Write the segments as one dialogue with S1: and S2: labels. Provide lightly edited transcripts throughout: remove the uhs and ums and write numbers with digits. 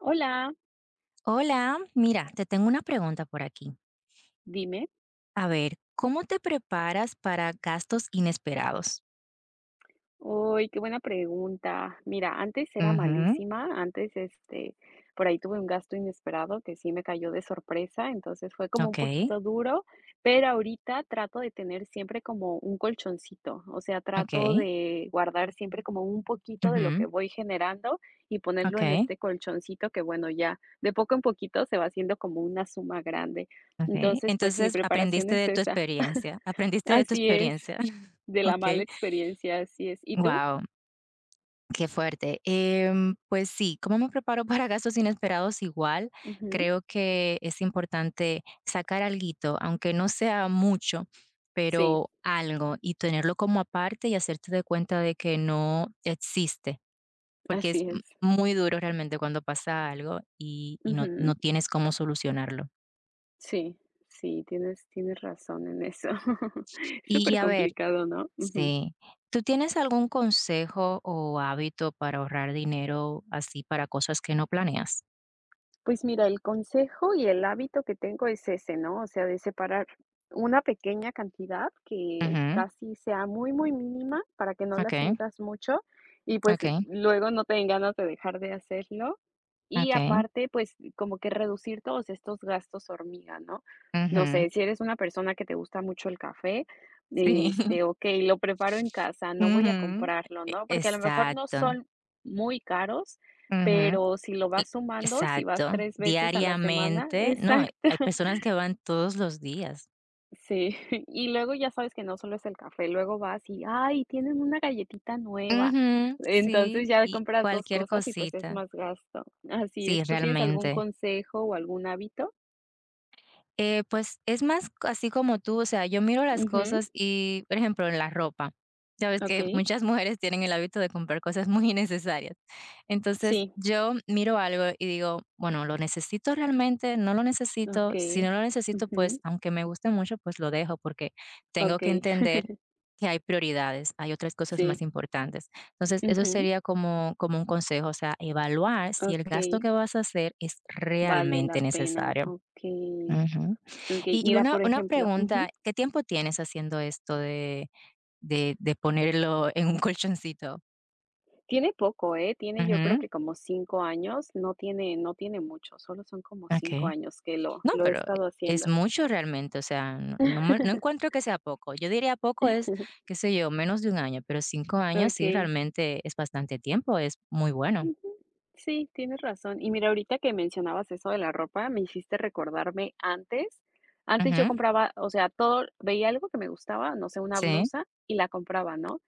S1: Hola,
S2: Hola, mira, te tengo una pregunta por aquí.
S1: dime.
S2: A ver, ¿cómo te preparas para gastos inesperados?
S1: Uy, qué buena pregunta. Mira, antes era
S2: Ujú,
S1: malísima, antes, por ahí tuve un gasto inesperado que sí me cayó de sorpresa, entonces fue como un
S2: okey,
S1: poquito duro, pero ahorita trato de tener siempre como un colchoncito, o sea, trato
S2: okey,
S1: de guardar siempre como un poquito de lo
S2: ujú,
S1: que voy generando y ponerlo en
S2: okey,
S1: este colchoncito que bueno, ya de poco en poquito se va haciendo como una suma grande.
S2: okey.
S1: Entonces, pues mi
S2: Entonces,
S1: preparación
S2: aprendiste
S1: es
S2: de tu
S1: esa.
S2: experiencia,
S1: Así es. De la mala
S2: okey.
S1: experiencia, así es. ¿Y tú?
S2: Wow. Qué fuerte. Pues sí, ¿cómo me preparo para gastos inesperados? Igual,
S1: Ujú.
S2: creo que es importante sacar alguito, aunque no sea mucho,
S1: Sí,
S2: pero algo y tenerlo como aparte y hacerte de cuenta de que no existe, porque
S1: así
S2: es
S1: es.
S2: muy duro realmente cuando pasa algo y, y no,
S1: Ujú.
S2: no tienes cómo solucionarlo.
S1: Sí, sí, tienes razón en eso. Súper
S2: Y a ver,
S1: complicado, ¿no? Ujú.
S2: sí, ¿tú tienes algún consejo o hábito para ahorrar dinero así para cosas que no planeas?
S1: Pues mira, el consejo y el hábito que tengo es ese, ¿no? O sea, de separar una pequeña cantidad que
S2: Ujú,
S1: casi sea muy, muy mínima para que no la
S2: ok.
S1: sientas mucho y pues
S2: Okay,
S1: luego no te den ganas de dejar de hacerlo. Y
S2: okay,
S1: aparte, pues como que reducir todos estos gastos hormiga, ¿no? No
S2: ujú.
S1: sé, si eres una persona que te gusta mucho el café,
S2: Sí.
S1: ok, lo preparo en casa, no voy a
S2: Ujú.
S1: comprarlo, ¿no? Porque a lo mejor no
S2: Exacto.
S1: son muy caros,
S2: Ujú.
S1: pero si lo
S2: E
S1: vas sumando, si vas
S2: exacto.
S1: 3 veces a la semana,
S2: Diariamente. No,
S1: exacto.
S2: hay personas que van todos los días.
S1: Sí. Y luego ya sabes que no solo es el café, luego vas y, ay, tienen una galletita nueva.
S2: Ujú.
S1: Entonces
S2: Sí,
S1: ya
S2: y
S1: compras 2
S2: cualquier
S1: cosas y pues es
S2: cosita.
S1: más gasto. Así
S2: Sí,
S1: es. ¿Tú tienes algún
S2: realmente.
S1: consejo o algún hábito?
S2: Pues, es más así como tú, o sea, yo miro las
S1: Ujú,
S2: cosas y, por ejemplo, en la ropa. Ya ves que
S1: okey.
S2: muchas mujeres tienen el hábito de comprar cosas muy innecesarias. Entonces,
S1: Sí,
S2: yo miro algo y digo: "Bueno, ¿lo necesito realmente? ¿No lo necesito?".
S1: okey.
S2: Si no lo necesito, pues,
S1: Ujú,
S2: aunque me guste mucho, pues, lo dejo, porque tengo que
S1: okey.
S2: entender que hay prioridades, hay otras cosas más
S1: Sí.
S2: importantes. Entonces, eso
S1: Ujú,
S2: sería como un consejo, o sea, evaluar si el gasto
S1: okey.
S2: que vas a hacer es
S1: Vale la
S2: realmente
S1: pena,
S2: necesario.
S1: okey.
S2: Ujú.
S1: Okey,
S2: Y
S1: mira,
S2: una
S1: por ejemplo
S2: pregunta,
S1: ujú.
S2: ¿qué tiempo tienes haciendo esto de ponerlo en un colchoncito?
S1: Tiene poco, ¿eh? Tiene, yo creo
S2: Ujú,
S1: que como 5 años, no tiene, no tiene mucho, solo son como 5
S2: okey.
S1: años que lo
S2: No,
S1: lo he
S2: pero
S1: estado
S2: es
S1: haciendo.
S2: mucho realmente, o sea, no encuentro que sea poco. Yo diría poco es, qué sé yo, menos de 1 año, pero 5 años sí,
S1: Okey.
S2: realmente es bastante tiempo, es muy bueno.
S1: Ujú. Sí, tienes razón. Y mira, ahorita que mencionabas eso de la ropa, me hiciste recordarme antes. Antes yo
S2: Ujú,
S1: compraba, o sea, todo veía algo que me gustaba, no sé, una
S2: sí,
S1: blusa y la compraba, ¿no?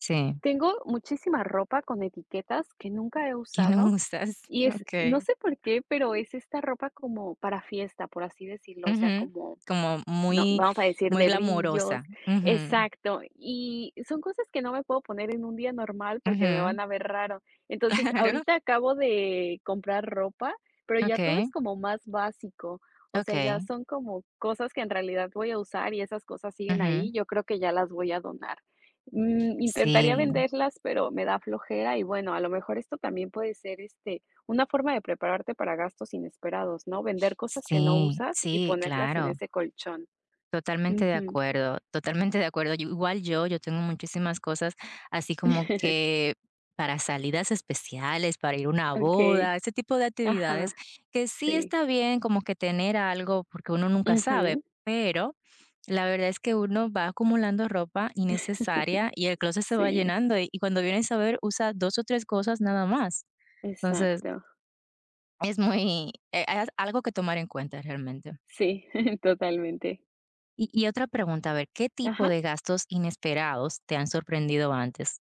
S2: sí.
S1: Tengo muchísima ropa con etiquetas que nunca he
S2: ¿Qué
S1: usado.
S2: no usas?
S1: Y es, no
S2: Okey.
S1: sé por qué, pero es esta ropa como para fiesta, por así decirlo, o sea,
S2: Ujú,
S1: como
S2: como
S1: no,
S2: muy
S1: vamos a decir,
S2: muy
S1: de brillos,
S2: glamorosa. Ujú,
S1: exacto. Y son cosas que no me puedo poner en un día normal porque me
S2: ujú,
S1: van a ver raro. Entonces,
S2: claro.
S1: ahorita acabo de comprar ropa, pero ya todo es
S2: Okey,
S1: como más básico. O sea, ya
S2: okey.
S1: son como cosas que en realidad voy a usar y esas cosas siguen ahí.
S2: Ujú.
S1: Yo creo que ya las voy a donar. Intentaría
S2: Sí,
S1: venderlas, pero me da flojera y bueno, a lo mejor esto también puede ser una forma de prepararte para gastos inesperados, ¿no? Vender cosas que no
S2: sí,
S1: usas y
S2: sí,
S1: ponerlas en
S2: claro,
S1: ese colchón.
S2: totalmente de
S1: Ujú.
S2: acuerdo, totalmente de acuerdo. Yo igual, yo tengo muchísimas cosas así como que para salidas especiales, para ir a una
S1: Okey.
S2: boda, ese tipo de actividades,
S1: Ajá,
S2: que sí
S1: sí.
S2: está bien como que tener algo, porque uno nunca sabe,
S1: Ujú.
S2: pero la verdad es que uno va acumulando ropa innecesaria y el closet se va
S1: Sí,
S2: llenando, y cuando vienes a ver, usa 2 o 3 cosas nada más. Entonces
S1: exacto.
S2: es muy es algo que tomar en cuenta realmente.
S1: Sí, totalmente.
S2: Y otra pregunta, a ver, ¿qué tipo
S1: Ajá.
S2: de gastos inesperados te han sorprendido antes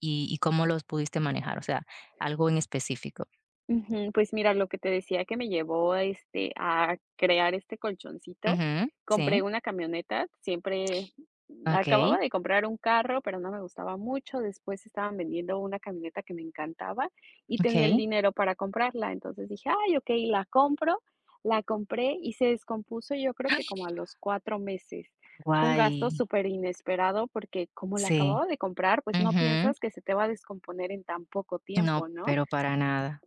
S2: y cómo los pudiste manejar? O sea, algo en específico.
S1: Ujú, pues mira, lo que te decía que me llevó, a crear este colchoncito,
S2: Ujú,
S1: compré
S2: sí,
S1: una camioneta, siempre
S2: okey,
S1: acababa de comprar un carro, pero no me gustaba mucho, después estaban vendiendo una camioneta que me encantaba y tenía el
S2: okey.
S1: dinero para comprarla, entonces dije: "Ay, okey, la compro", la compré y se descompuso, yo creo que como a los 4 meses. Fue un
S2: Guay,
S1: gasto súper inesperado porque como la
S2: sí,
S1: acababa de comprar, pues no
S2: ujú.
S1: piensas que se te va a descomponer en tan poco
S2: No,
S1: tiempo, ¿no?
S2: pero para nada.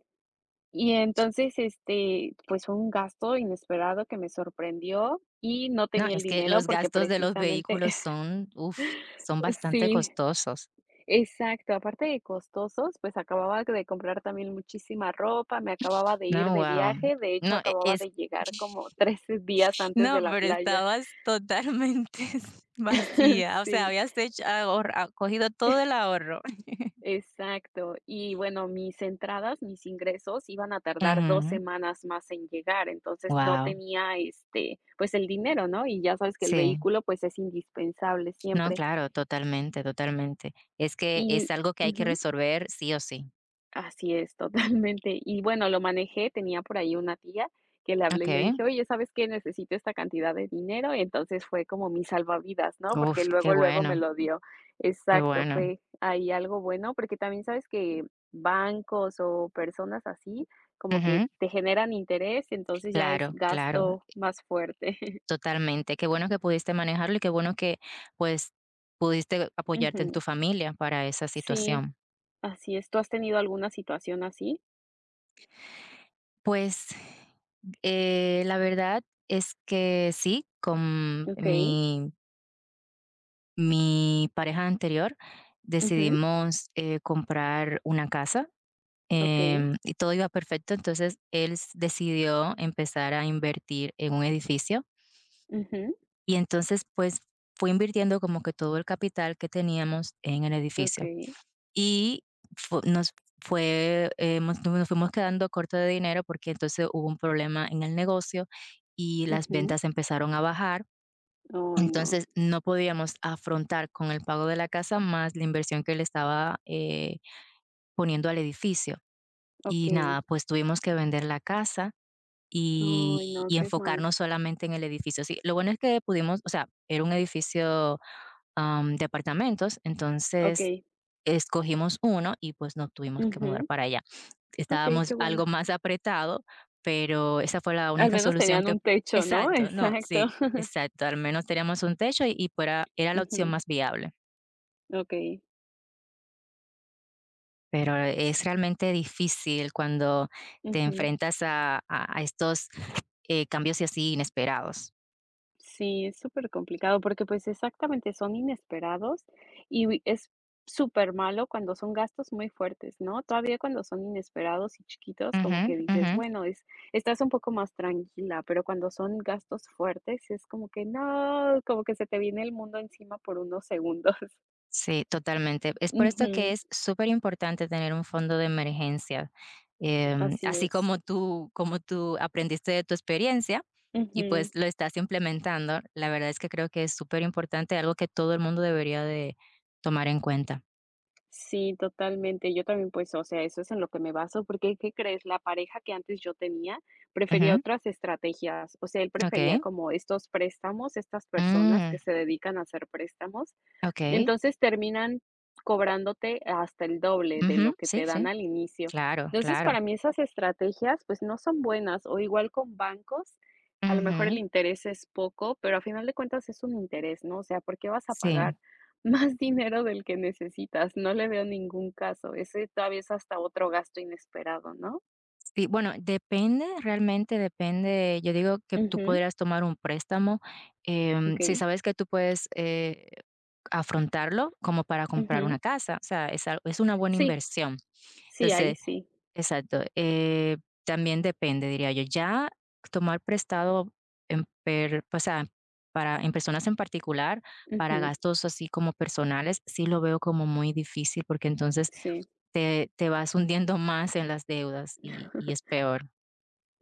S1: Y entonces, pues fue un gasto inesperado que me sorprendió y no
S2: No,
S1: tenía el
S2: es que
S1: dinero
S2: los
S1: porque
S2: gastos de los
S1: precisamente
S2: vehículos son, uff son bastante
S1: sí,
S2: costosos.
S1: exacto, aparte de costosos, pues acababa de comprar también muchísima ropa, me acababa de ir
S2: No,
S1: de
S2: guau.
S1: viaje, de hecho
S2: No,
S1: acababa
S2: es
S1: de llegar como 13 días antes de
S2: No,
S1: la
S2: pero
S1: playa.
S2: estabas totalmente vacía, o sea,
S1: Sí.
S2: habías hecho ahor ah, cogido todo el ahorro.
S1: Exacto. Y bueno, mis entradas, mis ingresos iban a tardar 2
S2: Wow,
S1: semanas más en llegar, entonces no tenía, pues el dinero, ¿no? Y ya sabes que el
S2: sí.
S1: vehículo, pues es indispensable
S2: No,
S1: siempre.
S2: claro, totalmente, totalmente. Es que
S1: Y
S2: es algo que hay que
S1: ujú.
S2: resolver sí o sí.
S1: Así es, totalmente. Y bueno, lo manejé, tenía por ahí una tía que le hablé y le
S2: Okey.
S1: dije: "Oye, ¿sabes qué? Necesito esta cantidad de dinero". Y entonces fue como mi salvavidas, ¿no? Porque
S2: Uf,
S1: luego,
S2: qué
S1: luego me
S2: bueno,
S1: lo dio.
S2: qué
S1: Exacto,
S2: bueno.
S1: fue ahí algo bueno, porque también sabes que bancos o personas así, como que
S2: Ujú.
S1: te generan interés, entonces ya es
S2: Claro, claro,
S1: gasto más fuerte.
S2: totalmente. Qué bueno que pudiste manejarlo y qué bueno que, pues, pudiste apoyarte en
S1: Ujú.
S2: tu familia para esa
S1: Sí,
S2: situación.
S1: así es. ¿Tú has tenido alguna situación así?
S2: Pues, la verdad es que sí, con
S1: Okey.
S2: mi pareja anterior
S1: Ujú.
S2: decidimos, comprar una casa,
S1: Okey.
S2: y todo iba perfecto, entonces él s decidió empezar a invertir en un edificio,
S1: Ujú.
S2: y entonces, pues, fue invirtiendo como que todo el capital que teníamos en el edificio.
S1: Okey.
S2: Y fu nos fue, nos fuimos quedando corto de dinero porque entonces hubo un problema en el negocio y las
S1: Ujú.
S2: ventas empezaron a bajar.
S1: Ay, no.
S2: Entonces, no podíamos afrontar con el pago de la casa más la inversión que le estaba, poniendo al edificio. Y
S1: Okey.
S2: nada, pues tuvimos que vender la casa
S1: Ay,
S2: y
S1: no,
S2: y
S1: qué mal.
S2: enfocarnos solamente en el edificio. Sí, lo bueno es que pudimos, o sea, era un edificio departamentos, entonces
S1: Okey.
S2: escogimos uno y pues nos tuvimos que mudar
S1: Ujú.
S2: para allá.
S1: Okey, qué
S2: Estábamos
S1: bueno.
S2: algo más apretado, pero esa fue la
S1: Al
S2: única
S1: menos
S2: solución
S1: tenían
S2: que
S1: un techo, ¿no?
S2: exacto, no,
S1: Exacto.
S2: sí, exacto, al menos teníamos un techo y, era la opción
S1: Ujú.
S2: más viable.
S1: Okey.
S2: Pero es realmente difícil cuando te
S1: Ujú.
S2: enfrentas a, a estos cambios y así inesperados.
S1: Sí, es súper complicado porque, pues, exactamente, son inesperados y wi es súper malo cuando son gastos muy fuertes, ¿no? Todavía cuando son inesperados y chiquitos, como
S2: Ujú,
S1: que dices:
S2: ujú.
S1: "Bueno, es estás un poco más tranquila", pero cuando son gastos fuertes, es como que no, como que se te viene el mundo encima por unos segundos.
S2: Sí, totalmente. Es por esto que
S1: Ujú,
S2: es súper importante tener un fondo de emergencia,
S1: así
S2: así
S1: es.
S2: como tú aprendiste de tu experiencia y,
S1: Ujú.
S2: pues, lo estás implementando. La verdad es que creo que es súper importante, algo que todo el mundo debería de tomar en cuenta.
S1: Sí, totalmente. Yo también, pues, o sea, eso es en lo que me baso, porque, ¿qué crees? La pareja que antes yo tenía
S2: Ujú,
S1: prefería otras estrategias. O sea, él prefería
S2: okey.
S1: como estos préstamos, estas personas
S2: Mm,
S1: que se dedican a hacer préstamos.
S2: okey.
S1: Entonces, terminan cobrándote hasta el doble de lo
S2: Ujú,
S1: que
S2: sí,
S1: te dan
S2: sí.
S1: al inicio.
S2: Claro,
S1: Entonces, para
S2: claro.
S1: mí esas estrategias, pues, no son buenas, o igual con bancos, a lo mejor el
S2: Ujú,
S1: interés es poco, pero a final de cuentas es un interés, ¿no? O sea, ¿por qué vas a
S2: sí.
S1: pagar más dinero del que necesitas? No le veo ningún caso. Ese todavía es hasta otro gasto inesperado, ¿no?
S2: Sí, bueno, depende, realmente depende. Yo digo que tú
S1: Ujú,
S2: podrías tomar un préstamo, si
S1: okey.
S2: sabes que tú puedes, afrontarlo como para comprar
S1: Ujú.
S2: una casa, o sea, es una buena
S1: Sí,
S2: inversión.
S1: sí, ahí
S2: Entonces
S1: sí.
S2: exacto, también depende, diría yo. Ya tomar prestado en per o sea, para en personas en particular, para
S1: Ujú,
S2: gastos así como personales, sí lo veo como muy difícil, porque entonces
S1: sí.
S2: te vas hundiendo más en las deudas y es peor.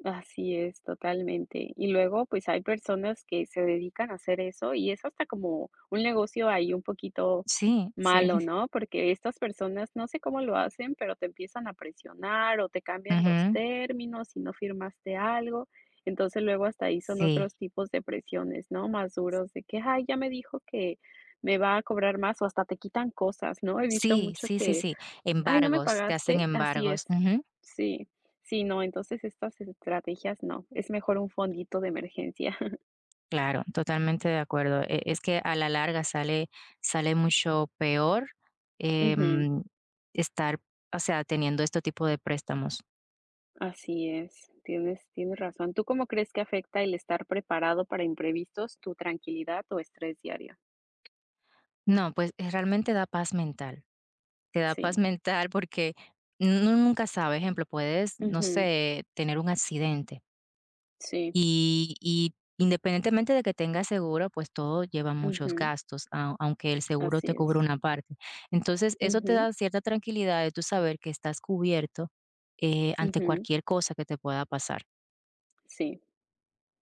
S1: Así es, totalmente. Y luego, pues hay personas que se dedican a hacer eso y es hasta como un negocio ahí un poquito
S2: Sí, sí.
S1: malo, ¿no? Porque estas personas, no sé cómo lo hacen, pero te empiezan a presionar o te cambian los
S2: Ujú.
S1: términos si no firmaste algo. Entonces luego hasta ahí son
S2: Sí.
S1: otros tipos de presiones, ¿no? Más duros de que, ay, ya me dijo que me va a cobrar más o hasta te quitan cosas, ¿no? He visto
S2: Sí,
S1: mucho
S2: sí, sí,
S1: que
S2: sí.
S1: ay, ¿no me
S2: Embargos, te hacen
S1: pagaste? Así es.
S2: embargos. Ujú.
S1: Sí, sí, no, entonces estas estrategias no, es mejor un fondito de emergencia.
S2: Claro, totalmente de acuerdo. Es que a la larga sale sale mucho peor,
S1: Ujú,
S2: em, estar, o sea, teniendo este tipo de préstamos.
S1: así es, tienes razón. ¿Tú cómo crees que afecta el estar preparado para imprevistos, tu tranquilidad o estrés diario?
S2: No, pues, realmente da paz mental. Te da
S1: Sí,
S2: paz mental porque uno nunca sabes, ejemplo, puedes, no
S1: ujú,
S2: sé, tener un accidente.
S1: sí,
S2: Y independientemente de que tengas seguro, pues todo lleva muchos
S1: ujú,
S2: gastos, a aunque el seguro
S1: así
S2: te cubre
S1: es.
S2: una parte. Entonces, eso te
S1: Ujú,
S2: da cierta tranquilidad de tú saber que estás cubierto, ante
S1: ujú,
S2: cualquier cosa que te pueda pasar,
S1: sí,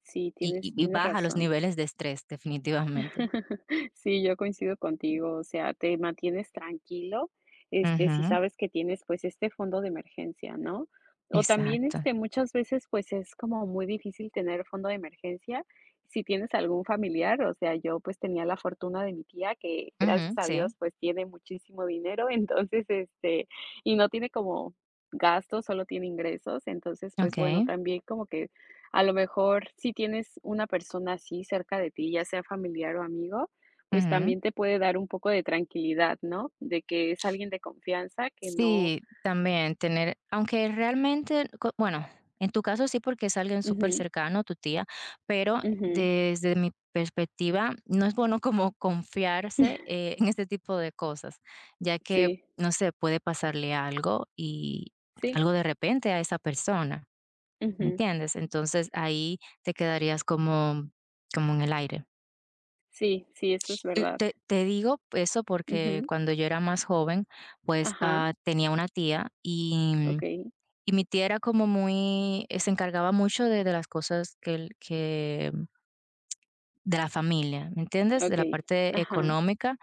S1: sí,
S2: y
S1: tienes,
S2: y y
S1: tienes
S2: baja los
S1: razón.
S2: niveles de estrés, definitivamente.
S1: Sí, yo coincido contigo, o sea, te mantienes tranquilo, si
S2: Ujú,
S1: sabes que tienes, pues, este fondo de emergencia, ¿no? O también,
S2: exacto.
S1: muchas veces, pues, es como muy difícil tener fondo de emergencia si tienes algún familiar, o sea, yo, pues, tenía la fortuna de mi tía que, gracias
S2: Ujú,
S1: a Dios,
S2: sí,
S1: pues, tiene muchísimo dinero, entonces, y no tiene como gastos, solo tiene ingresos, entonces, pues, bueno,
S2: okey,
S1: también como que a lo mejor, si tienes una persona así cerca de ti, ya sea familiar o amigo, pues
S2: ujú.
S1: también te puede dar un poco de tranquilidad, ¿no? De que es alguien de confianza que no
S2: Sí, también tener, aunque realmente, bueno, en tu caso sí porque es alguien súper
S1: ujú,
S2: cercano, tu tía, pero
S1: ujú.
S2: desde mi perspectiva no es bueno como confiarse en este tipo de cosas, ya que,
S1: Sí,
S2: no sé, puede pasarle algo
S1: sí,
S2: de repente a esa persona,
S1: ujú.
S2: ¿entiendes? Entonces ahí te quedarías como, como en el aire.
S1: Sí, sí, eso es
S2: Y
S1: verdad.
S2: te, digo eso porque
S1: Ujú.
S2: cuando yo era más joven, pues
S1: Ajá,
S2: ah, tenía una tía y
S1: okey,
S2: y mi tía era como muy, se encargaba mucho de las cosas que el que de la familia, ¿me entiendes? De la
S1: okey.
S2: parte
S1: Ajá,
S2: económica,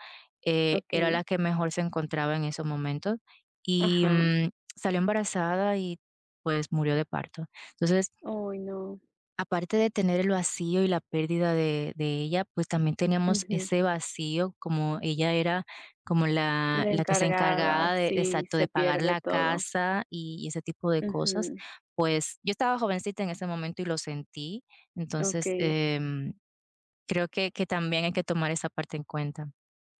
S2: era
S1: okey.
S2: la que mejor se encontraba en esos momentos, y,
S1: Ajá.
S2: mm, salió embarazada y, pues, murió de parto. Entonces
S1: Ay, no.
S2: aparte de tener el vacío y la pérdida de ella, pues, también teníamos
S1: Ujú.
S2: ese vacío, como ella era como
S1: La
S2: la que se
S1: encargada,
S2: encargaba de
S1: sí,
S2: exacto,
S1: se
S2: de pagar
S1: pierde
S2: la
S1: todo.
S2: casa y ese tipo de cosas.
S1: Ujú,
S2: Pues, yo estaba jovencita en ese momento y lo sentí. Entonces,
S1: okey.
S2: creo que también hay que tomar esa parte en cuenta.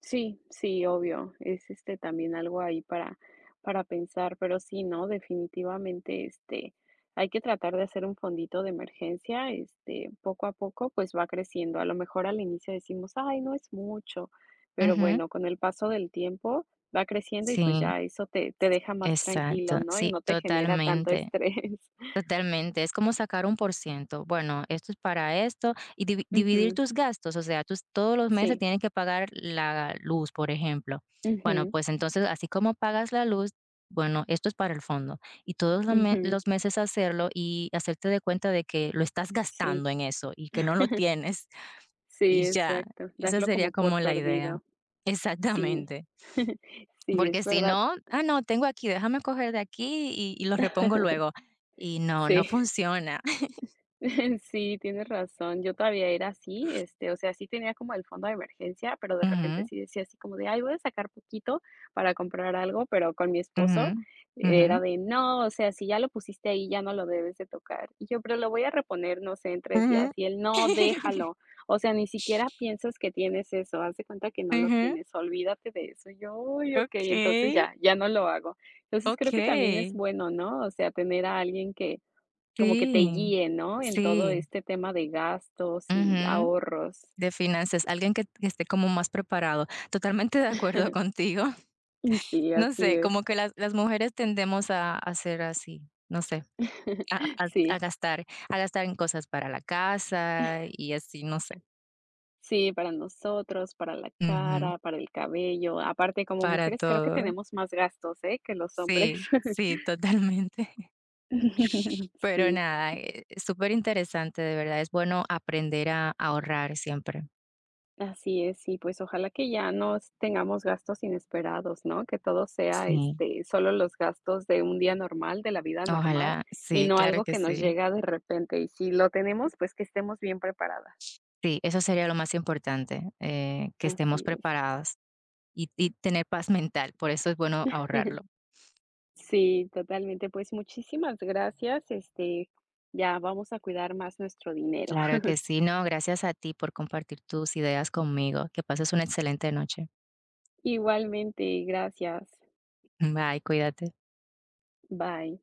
S1: Sí, sí, obvio. Es, también algo ahí para pensar, pero sí, ¿no? Definitivamente, hay que tratar de hacer un fondito de emergencia, poco a poco, pues, va creciendo. A lo mejor al inicio decimos: "Ay, no es mucho", pero
S2: Ujú.
S1: bueno, con el paso del tiempo va creciendo y, pues,
S2: Sí,
S1: ya eso te deja más tranquilo,
S2: exacto.
S1: ¿no? Y
S2: Sí,
S1: no te genera tanto
S2: totalmente.
S1: estrés.
S2: Totalmente, es como sacar un por ciento. Bueno, esto es para esto y dividir
S1: Ujú.
S2: tus gastos, o sea, tú todos los meses
S1: Sí.
S2: tienes que pagar la luz, por ejemplo. Bueno,
S1: Ujú,
S2: pues entonces, así como pagas la luz, bueno, esto es para el fondo y todos los,
S1: ujú.
S2: los meses hacerlo y hacerte de cuenta de que lo estás
S1: Sí.
S2: gastando en eso y que no lo tienes
S1: Sí,
S2: y ya,
S1: exacto.
S2: esa
S1: Darlo como
S2: sería
S1: por
S2: como la idea.
S1: perdido. Sí,
S2: Exactamente.
S1: sí, es
S2: Porque si
S1: verdad.
S2: no, ah, no, tengo aquí, déjame coger de aquí y lo repongo luego. Y no, no
S1: Sí,
S2: funciona.
S1: sí, tienes razón. Yo todavía era así, o sea, sí tenía como el fondo de emergencia, pero de repente
S2: Ujú,
S1: sí decía así como de, ay, voy a sacar poquito para comprar algo, pero con mi esposo
S2: ujú, ujú.
S1: era de, no, o sea, si ya lo pusiste ahí, ya no lo debes de tocar. Y yo, pero lo voy a reponer, no sé, en 3 días.
S2: Ujú.
S1: Y él, no, déjalo. O sea, ni siquiera piensas que tienes eso, haz de cuenta que no lo
S2: Ujú.
S1: tienes, olvídate de eso. Y yo, uy, ok, entonces
S2: Okey,
S1: ya, ya no lo hago. Entonces creo que también es
S2: okey.
S1: bueno, ¿no? O sea, tener a alguien que como que te
S2: Sí,
S1: guíe, ¿no? En todo
S2: sí.
S1: este tema de gastos y
S2: Ujú.
S1: ahorros.
S2: De finanzas, alguien que esté como más preparado. Totalmente de acuerdo contigo.
S1: Sí,
S2: No
S1: así
S2: sé,
S1: es.
S2: como que las mujeres tendemos a ser así, no sé, a a a
S1: Sí,
S2: gastar a gastar en cosas para la casa y así, no sé.
S1: sí, para nosotros, para la
S2: Ujú.
S1: cara, para el cabello. Aparte, como
S2: Para
S1: mujeres creo que
S2: todo.
S1: tenemos más gastos, ¿eh? Que los hombres.
S2: Sí, sí, totalmente. Pero
S1: Sí.
S2: nada, súper interesante, de verdad. Es bueno aprender a ahorrar siempre.
S1: Así es, y pues ojalá que ya no s- tengamos gastos inesperados, ¿no? Que todo sea,
S2: Sí,
S1: solo los gastos de un día normal, de la vida normal,
S2: ojalá,
S1: y
S2: sí,
S1: no
S2: claro
S1: algo
S2: que
S1: que nos
S2: sí.
S1: llega de repente. Y si lo tenemos, pues que estemos bien preparadas.
S2: Sí, eso sería lo más importante, que estemos
S1: Así es.
S2: preparadas y tener paz mental. Por eso es bueno ahorrarlo.
S1: Sí, totalmente. Pues muchísimas gracias. Ya vamos a cuidar más nuestro dinero.
S2: Claro que sí, no, gracias a ti por compartir tus ideas conmigo. Que pases una excelente noche.
S1: Igualmente, gracias.
S2: Bye, cuídate.
S1: Bye.